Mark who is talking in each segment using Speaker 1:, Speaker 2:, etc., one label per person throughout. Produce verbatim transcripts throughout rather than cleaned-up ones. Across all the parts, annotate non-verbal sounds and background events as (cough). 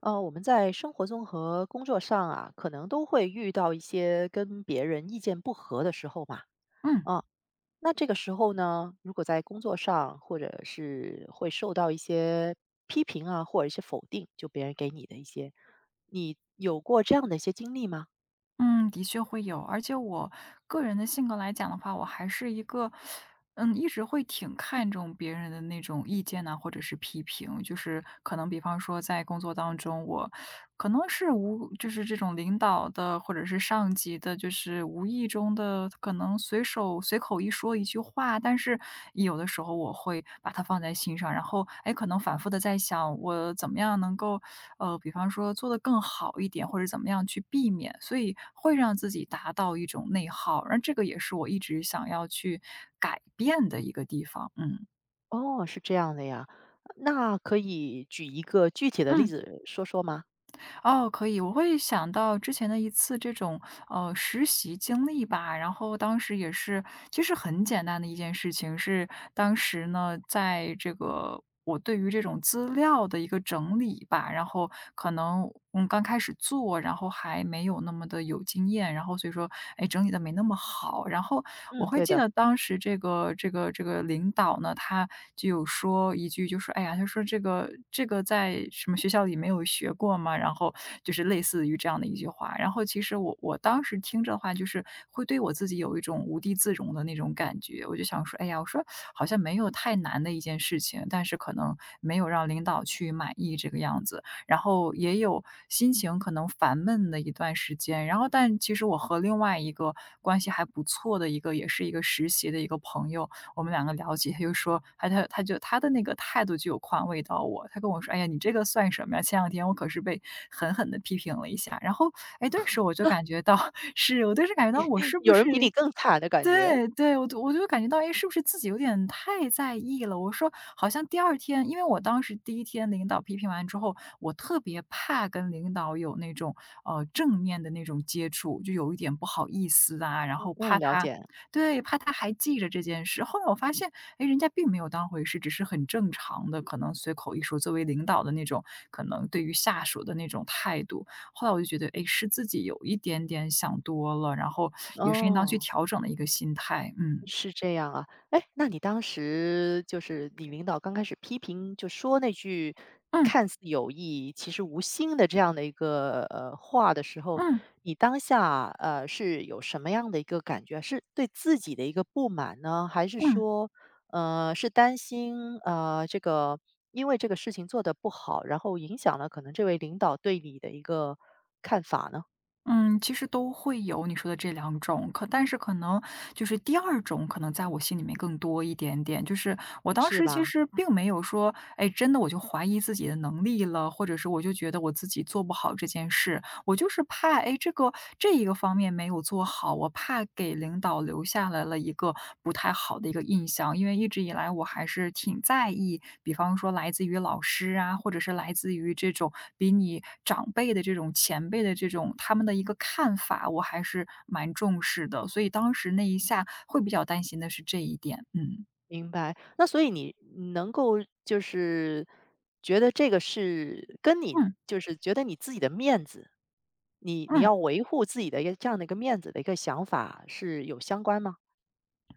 Speaker 1: 呃，我们在生活中和工作上啊，可能都会遇到一些跟别人意见不合的时候嘛。
Speaker 2: 嗯
Speaker 1: 啊，那这个时候呢，如果在工作上或者是会受到一些批评啊，或者一些否定，就别人给你的一些，你有过这样的一些经历吗？
Speaker 2: 嗯，的确会有。而且我个人的性格来讲的话，我还是一个，嗯，一直会挺看重别人的那种意见呐、或者是批评。就是可能比方说在工作当中，我可能是无就是这种领导的或者是上级的，就是无意中的可能随手随口一说一句话，但是有的时候我会把它放在心上，然后哎，可能反复的在想我怎么样能够呃，比方说做得更好一点，或者怎么样去避免，所以会让自己达到一种内耗，而这个也是我一直想要去改变的一个地方，嗯。
Speaker 1: 哦，是这样的呀。那可以举一个具体的例
Speaker 2: 嗯。
Speaker 1: 子说说吗？
Speaker 2: 哦，可以，我会想到之前的一次这种呃实习经历吧，然后当时也是其实很简单的一件事情，是当时呢在这个。我对于这种资料的一个整理吧，然后可能嗯刚开始做，然后还没有那么的有经验，然后所以说哎整理的没那么好，然后我
Speaker 1: 嗯，
Speaker 2: 会
Speaker 1: 对
Speaker 2: 记
Speaker 1: 的。
Speaker 2: 得当。当时这个这个这个领导呢，他就有说一句，就说："哎呀，他说这个这个在什么学校里没有学过吗？"然后就是类似于这样的一句话。然后其实我我当时听着的话，就是会对我自己有一种无地自容的那种感觉。我就想说："哎呀，我说好像没有太难的一件事情，但是可能没有让领导去满意这个样子。"然后也有心情可能烦闷的一段时间。然后但其实我和另外一个关系还不错的一个，也是一个实习的一个朋友，我们两个聊起，他就说，他他他就他的那个态度就有宽慰到我，他跟我说："哎呀，你这个算什么呀？前两天我可是被狠狠的批评了一下。"然后，哎，顿时我就感
Speaker 1: (laughs)
Speaker 2: 觉到 (laughs) 是，我顿时感觉到我是不
Speaker 1: 有人比你
Speaker 2: 是
Speaker 1: 更惨的感觉。
Speaker 2: 对对，我就我就感觉到，哎，是不是自己有点太在意了？我说好像第二天，因为我当时第一天领导批评完之后，我特别怕跟领导有那种呃正面的那种接触，就有一点不好意思啊，然后
Speaker 1: 嗯，
Speaker 2: 怕
Speaker 1: 了
Speaker 2: 他，
Speaker 1: 解。
Speaker 2: 对，怕他还记着这件事。后来我发现，哎，人家并没有当回事，只是很正常的，可能随口一说，作为领导的那种，可能对于下属的那种态度。后来我就觉得，哎，是自己有一点点想多了，然后也是应当去
Speaker 1: 哦。
Speaker 2: 调整的一个心态，嗯。
Speaker 1: 是这样啊，哎，那你当时就是你领导刚开始批评，就说那句
Speaker 2: 嗯，
Speaker 1: 看似有意，其实无心的这样的一个呃话的时候，
Speaker 2: 嗯，
Speaker 1: 你当下呃是有什么样的一个感觉？是对自己的一个不满呢，还是
Speaker 2: 嗯，
Speaker 1: 说呃是担心呃这个因为这个事情做得不好，然后影响了可能这位领导对你的一个看法呢？
Speaker 2: 嗯，其实都会有你说的这两种，可但是可能就是第二种可能在我心里面更多一点点。就是我当
Speaker 1: 是
Speaker 2: 时其
Speaker 1: 吧？
Speaker 2: 实并没有说，哎，真的我就怀疑自己的能力了，或者是我就觉得我自己做不好这件事。我就是怕，哎，这个这一个方面没有做好，我怕给领导留下来了一个不太好的一个印象。因为一直以来我还是挺在意，比方说来自于老师啊，或者是来自于这种比你长辈的这种前辈的这种他们的一个看法，我还是蛮重视的。所以当时那一下会比较担心的是这一点，嗯
Speaker 1: 明白，那所以你能够就是觉得这个是跟你
Speaker 2: 嗯
Speaker 1: 就是觉得你自己的面子，你你
Speaker 2: 嗯。
Speaker 1: 要维护自己的一个这样的一个面子的一个想法是有相关吗？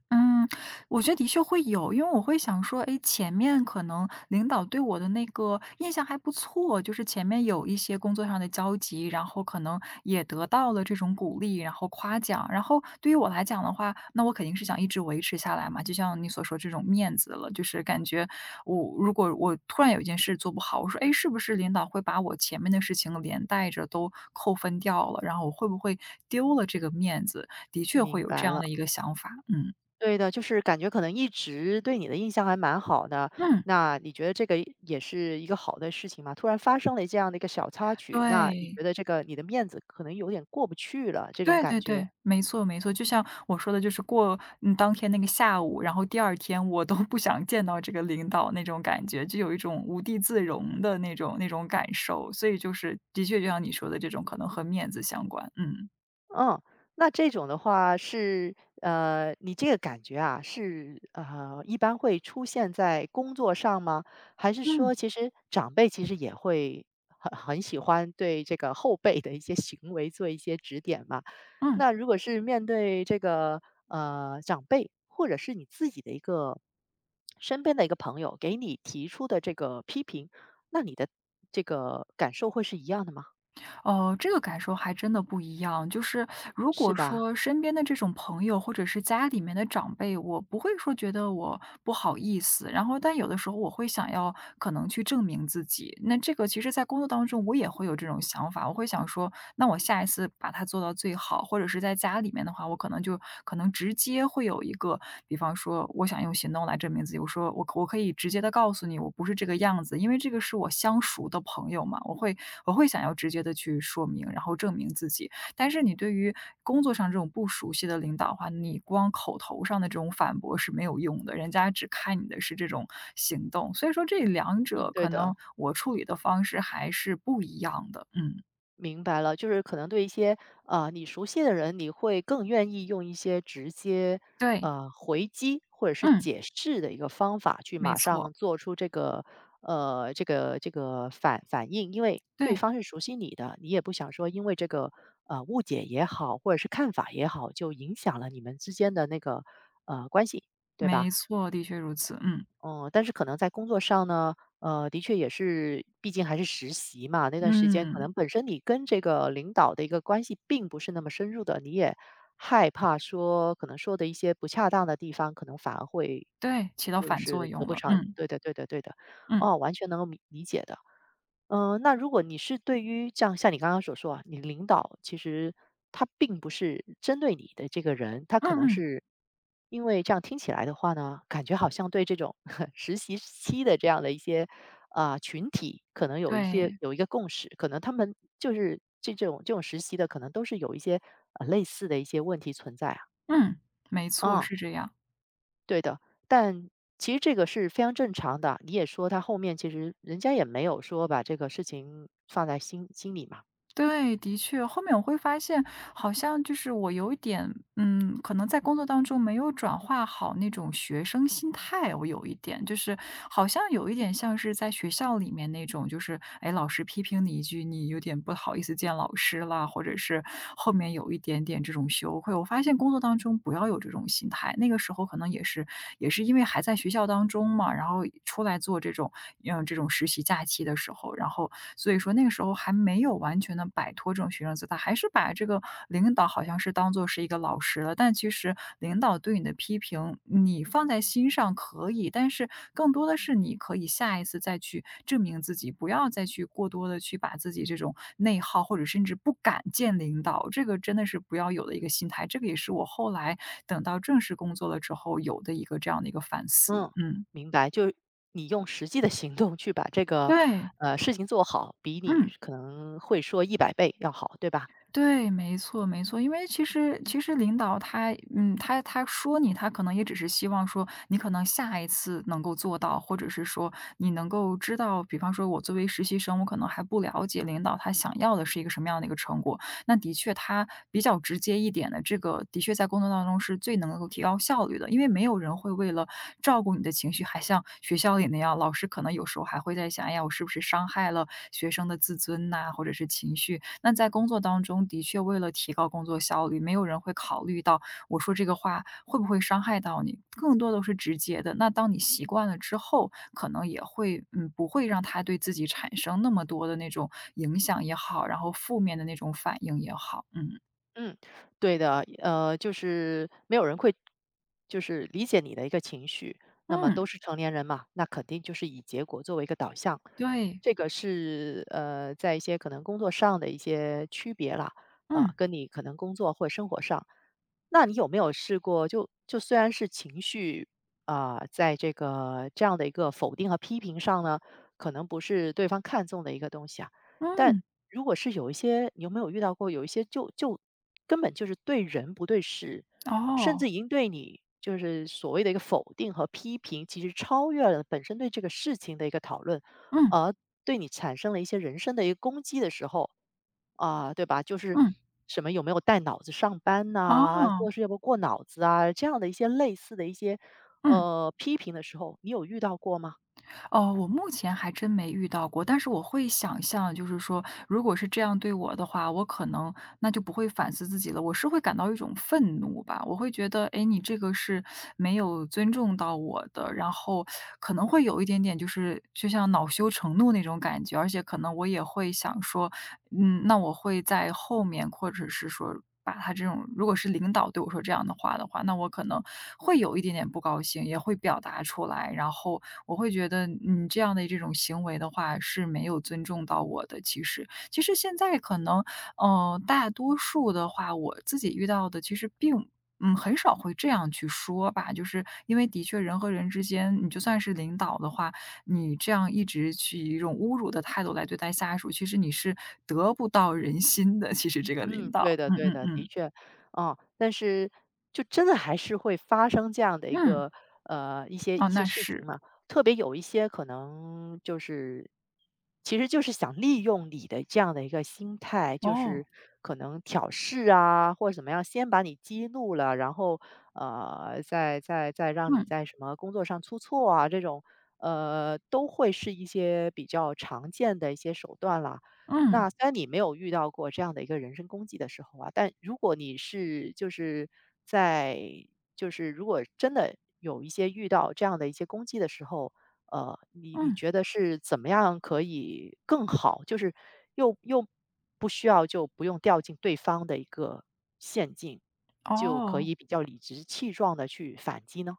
Speaker 2: 嗯，我觉得的确会有，因为我会想说，哎，前面可能领导对我的那个印象还不错，就是前面有一些工作上的交集，然后可能也得到了这种鼓励，然后夸奖，然后对于我来讲的话，那我肯定是想一直维持下来嘛，就像你所说这种面子了，就是感觉我如果我突然有一件事做不好，我说，哎，是不是领导会把我前面的事情连带着都扣分掉了，然后我会不会丢了这个面子？的确会
Speaker 1: 明
Speaker 2: 有这
Speaker 1: 白
Speaker 2: 样
Speaker 1: 了，
Speaker 2: 的一个想法，嗯。
Speaker 1: 对的，就是感觉可能一直对你的印象还蛮好的，
Speaker 2: 嗯，
Speaker 1: 那你觉得这个也是一个好的事情吗？突然发生了这样的一个小插曲，那你觉
Speaker 2: 对，
Speaker 1: 得这个你的面子可能有点过不去了，这种
Speaker 2: 对
Speaker 1: 感
Speaker 2: 对
Speaker 1: 觉。
Speaker 2: 对，没错没错，就像我说的，就是过嗯，当天那个下午，然后第二天我都不想见到这个领导那种感觉，就有一种无地自容的那种那种感受，所以就是的确就像你说的这种可能和面子相关，嗯，
Speaker 1: 嗯，那这种的话是，呃，你这个感觉啊，是呃，一般会出现在工作上吗？还是
Speaker 2: 嗯，
Speaker 1: 说，其实长辈其实也会很很喜欢对这个后辈的一些行为做一些指点嘛？
Speaker 2: 嗯。
Speaker 1: 那如果是面对这个呃长辈，或者是你自己的一个身边的一个朋友给你提出的这个批评，那你的这个感受会是一样的吗？
Speaker 2: 哦，这个感受还真的不一样。就是如
Speaker 1: 是
Speaker 2: 果
Speaker 1: 吧？
Speaker 2: 说身边的这种朋友或者是家里面的长辈，我不会说觉得我不好意思，然后但有的时候我会想要可能去证明自己。那这个其实在工作当中我也会有这种想法，我会想说，那我下一次把它做到最好，或者是在家里面的话，我可能就可能直接会有一个，比方说我想用行动来证明自己，我说我可我可以直接的告诉你，我不是这个样子，因为这个是我相熟的朋友嘛，我会我会想要直接的去说明，然后证明自己。但是你对于工作上这种不熟悉的领导的话，你光口头上的这种反驳是没有用的，人家只看你的是这种行动，所以说这两
Speaker 1: 嗯，
Speaker 2: 者
Speaker 1: 对
Speaker 2: 可
Speaker 1: 的。
Speaker 2: 能我处理的方式还是不一样的，嗯，
Speaker 1: 明白了，就是可能对一些啊你熟悉的人，你会更愿意用一些直接
Speaker 2: 对，
Speaker 1: 呃回击或者是
Speaker 2: 嗯。
Speaker 1: 解释的一个方法去
Speaker 2: 没
Speaker 1: 马上
Speaker 2: 错，
Speaker 1: 做出这个呃这个这个反反应，因为对
Speaker 2: 对，
Speaker 1: 方是熟悉你的，你也不想说因为这个呃误解也好，或者是看法也好，就影响了你们之间的那个呃关系，对吧？
Speaker 2: 没错，的确如此，嗯，
Speaker 1: 嗯，但是可能在工作上呢，呃，的确也是，毕竟还是实习嘛，那段时间可
Speaker 2: 嗯，
Speaker 1: 能本身你跟这个领导的一个关系并不是那么深入的，你也害怕说可能说的一些不恰当的地方，可能反而会
Speaker 2: 对，起到
Speaker 1: 就
Speaker 2: 反作
Speaker 1: 是得
Speaker 2: 用
Speaker 1: 不
Speaker 2: 了，
Speaker 1: 偿
Speaker 2: 嗯，
Speaker 1: 对的对的对的，
Speaker 2: 嗯，
Speaker 1: 哦，完全能够理理解的。嗯，呃那如果你是对于这样，像你刚刚所说啊，你领导其实他并不是针对你的这个人，他
Speaker 2: 嗯
Speaker 1: 可能
Speaker 2: 嗯，
Speaker 1: 是因为这样听起来的话呢，感觉好像对这种 (laughs) 实习期的这样的一些啊、群体，可能有一些
Speaker 2: 对，
Speaker 1: 有一个共识，可能他们就是这这种这种实习的，可能都是有一些呃类似的一些问题存在啊，
Speaker 2: 嗯，没错，
Speaker 1: 嗯。
Speaker 2: 是这样。
Speaker 1: 对的，但其实这个是非常正常的。你也说他后面其实人家也没有说把这个事情放在心心里嘛。
Speaker 2: 对，的确，后面我会发现，好像就是我有一点，嗯，可能在工作当中没有转化好那种学生心态，我有一点，就是好像有一点像是在学校里面那种，就是哎，老师批评你一句，你有点不好意思见老师啦，或者是后面有一点点这种羞愧。我发现工作当中不要有这种心态，那个时候可能也是也是因为还在学校当中嘛，然后出来做这种嗯这种实习假期。期的时候，然后所以说那个时候还没有完全的摆脱这种学生姿态，还是把这个领导好像是当做是一个老师了。但其实领导对你的批评，你放在心上可以，但是更多的是你可以下一次再去证明自己，不要再去过多的去把自己这种内耗，或者甚至不敢见领导，这个真的是不要有的一个心态。这个也是我后来等到正式工作了之后有的一个这样的一个反思，
Speaker 1: 嗯，
Speaker 2: 嗯，
Speaker 1: 明白。就你用实际的行动去把这个
Speaker 2: 对，
Speaker 1: 呃事情做好，比你
Speaker 2: 嗯。
Speaker 1: 可能会说一百倍要好，对吧？
Speaker 2: 对，没错没错。因为其实其实领导他嗯，他他说你，他可能也只是希望说你可能下一次能够做到，或者是说你能够知道，比方说我作为实习生，我可能还不了解领导他想要的是一个什么样的一个成果，那的确它比较直接一点的，这个的确在工作当中是最能够提高效率的，因为没有人会为了照顾你的情绪，还像学校里那样，老师可能有时候还会在想，哎呀，我是不是伤害了学生的自尊呐、或者是情绪？那在工作当中，的确为了提高工作效率，没有人会考虑到我说这个话会不会伤害到你？更多都是直接的。那当你习惯了之后，可能也会，嗯，不会让他对自己产生那么多的那种影响也好，然后负面的那种反应也好，嗯。
Speaker 1: 嗯，对的，呃，就是没有人会就是理解你的一个情绪，那么
Speaker 2: 嗯，
Speaker 1: 都是成年人嘛，那肯定就是以结果作为一个导向，
Speaker 2: 对，
Speaker 1: 这个是呃，在一些可能工作上的一些区别啦，啊、
Speaker 2: 嗯，
Speaker 1: 跟你可能工作或生活上，那你有没有试过就就虽然是情绪啊、在这个这样的一个否定和批评上呢，可能不是对方看重的一个东西啊，但
Speaker 2: 嗯，
Speaker 1: 如果是有一些你有没有遇到过有一些就就根本就是对人不对事，甚
Speaker 2: 哦，
Speaker 1: 至已经对你就是所谓的一个否定和批评，其实超越了本身对这个事情的一个讨论，
Speaker 2: 嗯，
Speaker 1: 而对你产生了一些人身的一个攻击的时候，啊，对吧？就是
Speaker 2: 嗯，
Speaker 1: 什么有没有带脑子上班呐、
Speaker 2: 哦，
Speaker 1: 做事要不过脑子啊，这样的一些类似的一些
Speaker 2: 嗯。
Speaker 1: 呃批评的时候，你有遇到过吗？
Speaker 2: 哦，我目前还真没遇到过，但是我会想象，就是说，如果是这样对我的话，我可能那就不会反思自己了，我是会感到一种愤怒吧，我会觉得，哎，你这个是没有尊重到我的，然后可能会有一点点，就是就像恼羞成怒那种感觉，而且可能我也会想说，嗯，那我会在后面，或者是说。把他这种如果是领导对我说这样的话的话，那我可能会有一点点不高兴，也会表达出来。然后我会觉得你这样的这种行为的话是没有尊重到我的。其实，其实现在可能，呃，大多数的话，我自己遇到的其实并嗯，很少会这样去说吧，就是因为的确人和人之间，你就算是领导的话，你这样一直去以一种侮辱的态度来对待下属，其实你是得不到人心的，其实这个领
Speaker 1: 嗯，对
Speaker 2: 导。
Speaker 1: 的
Speaker 2: 嗯
Speaker 1: 对
Speaker 2: 嗯
Speaker 1: 的，的
Speaker 2: 嗯，
Speaker 1: 确，哦，但是就真的还是会发生这样的一
Speaker 2: 嗯，
Speaker 1: 个呃，一些一
Speaker 2: 哦，
Speaker 1: 些
Speaker 2: 那
Speaker 1: 事情
Speaker 2: 是，
Speaker 1: 嘛。特别有一些可能就是，其实就是想利用你的这样的一个心态，就是
Speaker 2: 哦，
Speaker 1: 可能挑事啊，或者怎么样，先把你激怒了，然后呃，再再再让你
Speaker 2: 嗯，
Speaker 1: 在什么工作上出错啊，这种呃，都会是一些比较常见的一些手段啦。
Speaker 2: 嗯，
Speaker 1: 那虽然你没有遇到过这样的一个人身攻击的时候啊，但如果你是就是在就是如果真的有一些遇到这样的一些攻击的时候，呃，你你
Speaker 2: 嗯，
Speaker 1: 觉得是怎么样可以更好，就是又又不需要就不用掉进对方的一个陷阱，就可
Speaker 2: 哦。
Speaker 1: 以比较理直气壮的去反击呢？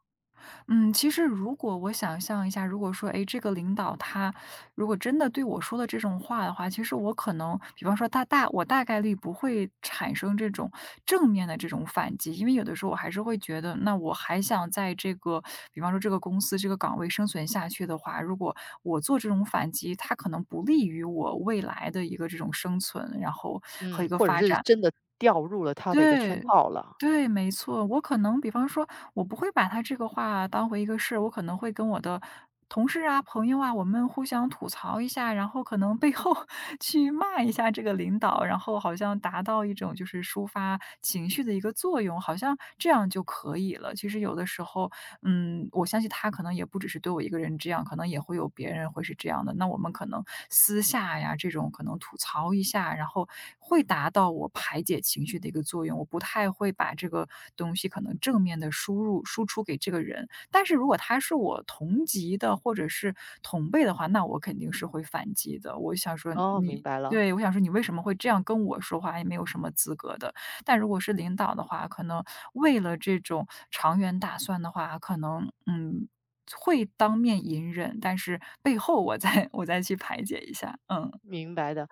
Speaker 2: 嗯，其实如果我想象一下，如果说，诶，这个领导他如果真的对我说了这种话的话，其实我可能，比方说他大我大概率不会产生这种正面的这种反击，因为有的时候我还是会觉得，那我还想在这个，比方说这个公司这个岗位生存下去的话，如果我做这种反击，它可能不利于我未来的一个这种生存，然后和
Speaker 1: 嗯，
Speaker 2: 一个
Speaker 1: 或者
Speaker 2: 发
Speaker 1: 是
Speaker 2: 展。
Speaker 1: 真的掉入了他的一个圈
Speaker 2: 对，
Speaker 1: 套了。
Speaker 2: 对，没错。我可能比方说，我不会把他这个话当回一个事，我可能会跟我的同事啊、朋友啊，我们互相吐槽一下，然后可能背后 (laughs) 去骂一下这个领导，然后好像达到一种就是抒发情绪的一个作用，好像这样就可以了。其实有的时候嗯，我相信他可能也不只是对我一个人这样，可能也会有别人会是这样的。那我们可能私下呀，这种可能吐槽一下，然后会达到我排解情绪的一个作用。我不太会把这个东西可能正面的输入输出给这个人，但是如果他是我同级的或者是同辈的话，那我肯定是会反击的。我想说
Speaker 1: 哦，明
Speaker 2: 你
Speaker 1: 白了。
Speaker 2: 对，我想说你为什么会这样跟我说话，也没有什么资格的。但如果是领导的话，可能为了这种长远打算的话，可能，嗯，会当面隐忍，但是背后我再 (laughs) 我再去排解一下，嗯。
Speaker 1: 明白的。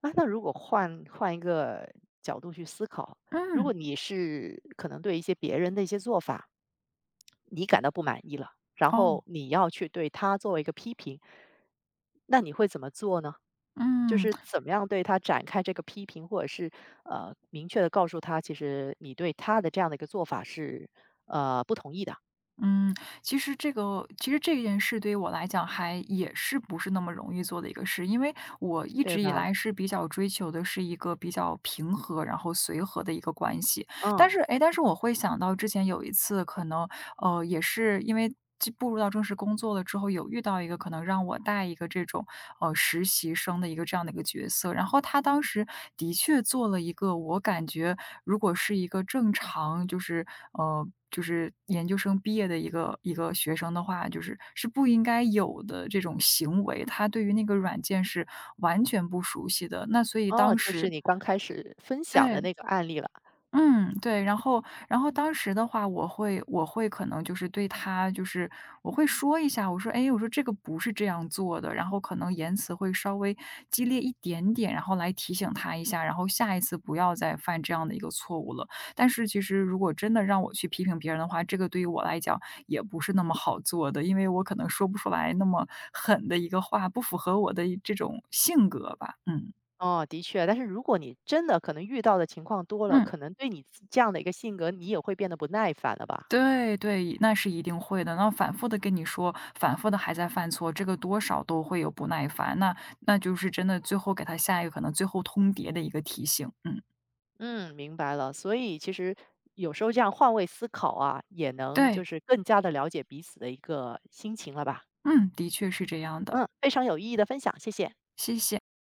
Speaker 1: 啊，那如果换换一个角度去思考，如果
Speaker 2: 嗯，
Speaker 1: 你是可能对一些别人的一些做法，你感到不满意了，然后
Speaker 2: 哦，
Speaker 1: 你要去对他作为一个批评，那你会怎么做呢？就
Speaker 2: 嗯，
Speaker 1: 是怎么样对他展开这个批评，或者是呃明确的告诉他，其实你对他的这样的一个做法是呃不同意的，
Speaker 2: 嗯，其实这个其实这件事对于我来讲还也是不是那么容易做的一个事，因为我一
Speaker 1: 对
Speaker 2: 直以
Speaker 1: 吧？
Speaker 2: 来是比较追求的是一个比较平和，然后随和的一个关系。但
Speaker 1: 嗯，
Speaker 2: 是，诶，但是我会想到之前有一次可能呃，也是因为进步入到正式工作了之后，有遇到一个可能让我带一个这种，呃，实习生的一个这样的一个角色。然后他当时的确做了一个我感觉如果是一个正常就是呃，就是研究生毕业的一个一个学生的话，就是是不应该有的这种行为，他对于那个软件是完全不熟悉的。那所以
Speaker 1: 哦，
Speaker 2: 当
Speaker 1: 就是
Speaker 2: 时
Speaker 1: 你刚开始分享的
Speaker 2: 对。
Speaker 1: 那个案例了。
Speaker 2: 嗯，对，然后然后当时的话，我会我会可能就是对他就是我会说一下，我说：“哎，我说这个不是这样做的。”然后可能言辞会稍微激烈一点点，然后来提醒他一下，然后下一次不要再犯这样的一个错误了。但是其实如果真的让我去批评别人的话，这个对于我来讲也不是那么好做的，因为我可能说不出来那么狠的一个话，不符合我的这种性格吧。嗯。
Speaker 1: 哦，的确，但是如果你真的可能遇到的情况多了，
Speaker 2: 嗯
Speaker 1: 可能对你自这样的一个性格，你也会变得不耐烦了吧？
Speaker 2: 对对，那是一定会的。那反复的跟你说，反复的还在犯错，这个多少都会有不耐烦，那那就是真的最后给他下一个可能最后通牒的一个提醒，嗯，
Speaker 1: 嗯，明白了。所以其实有时候这样换位思考啊，也能就
Speaker 2: 对，
Speaker 1: 是更加的了解彼此的一个心情了吧？
Speaker 2: 嗯，的确是这样的，
Speaker 1: 嗯，非常有意义的分享，谢谢。
Speaker 2: 谢谢。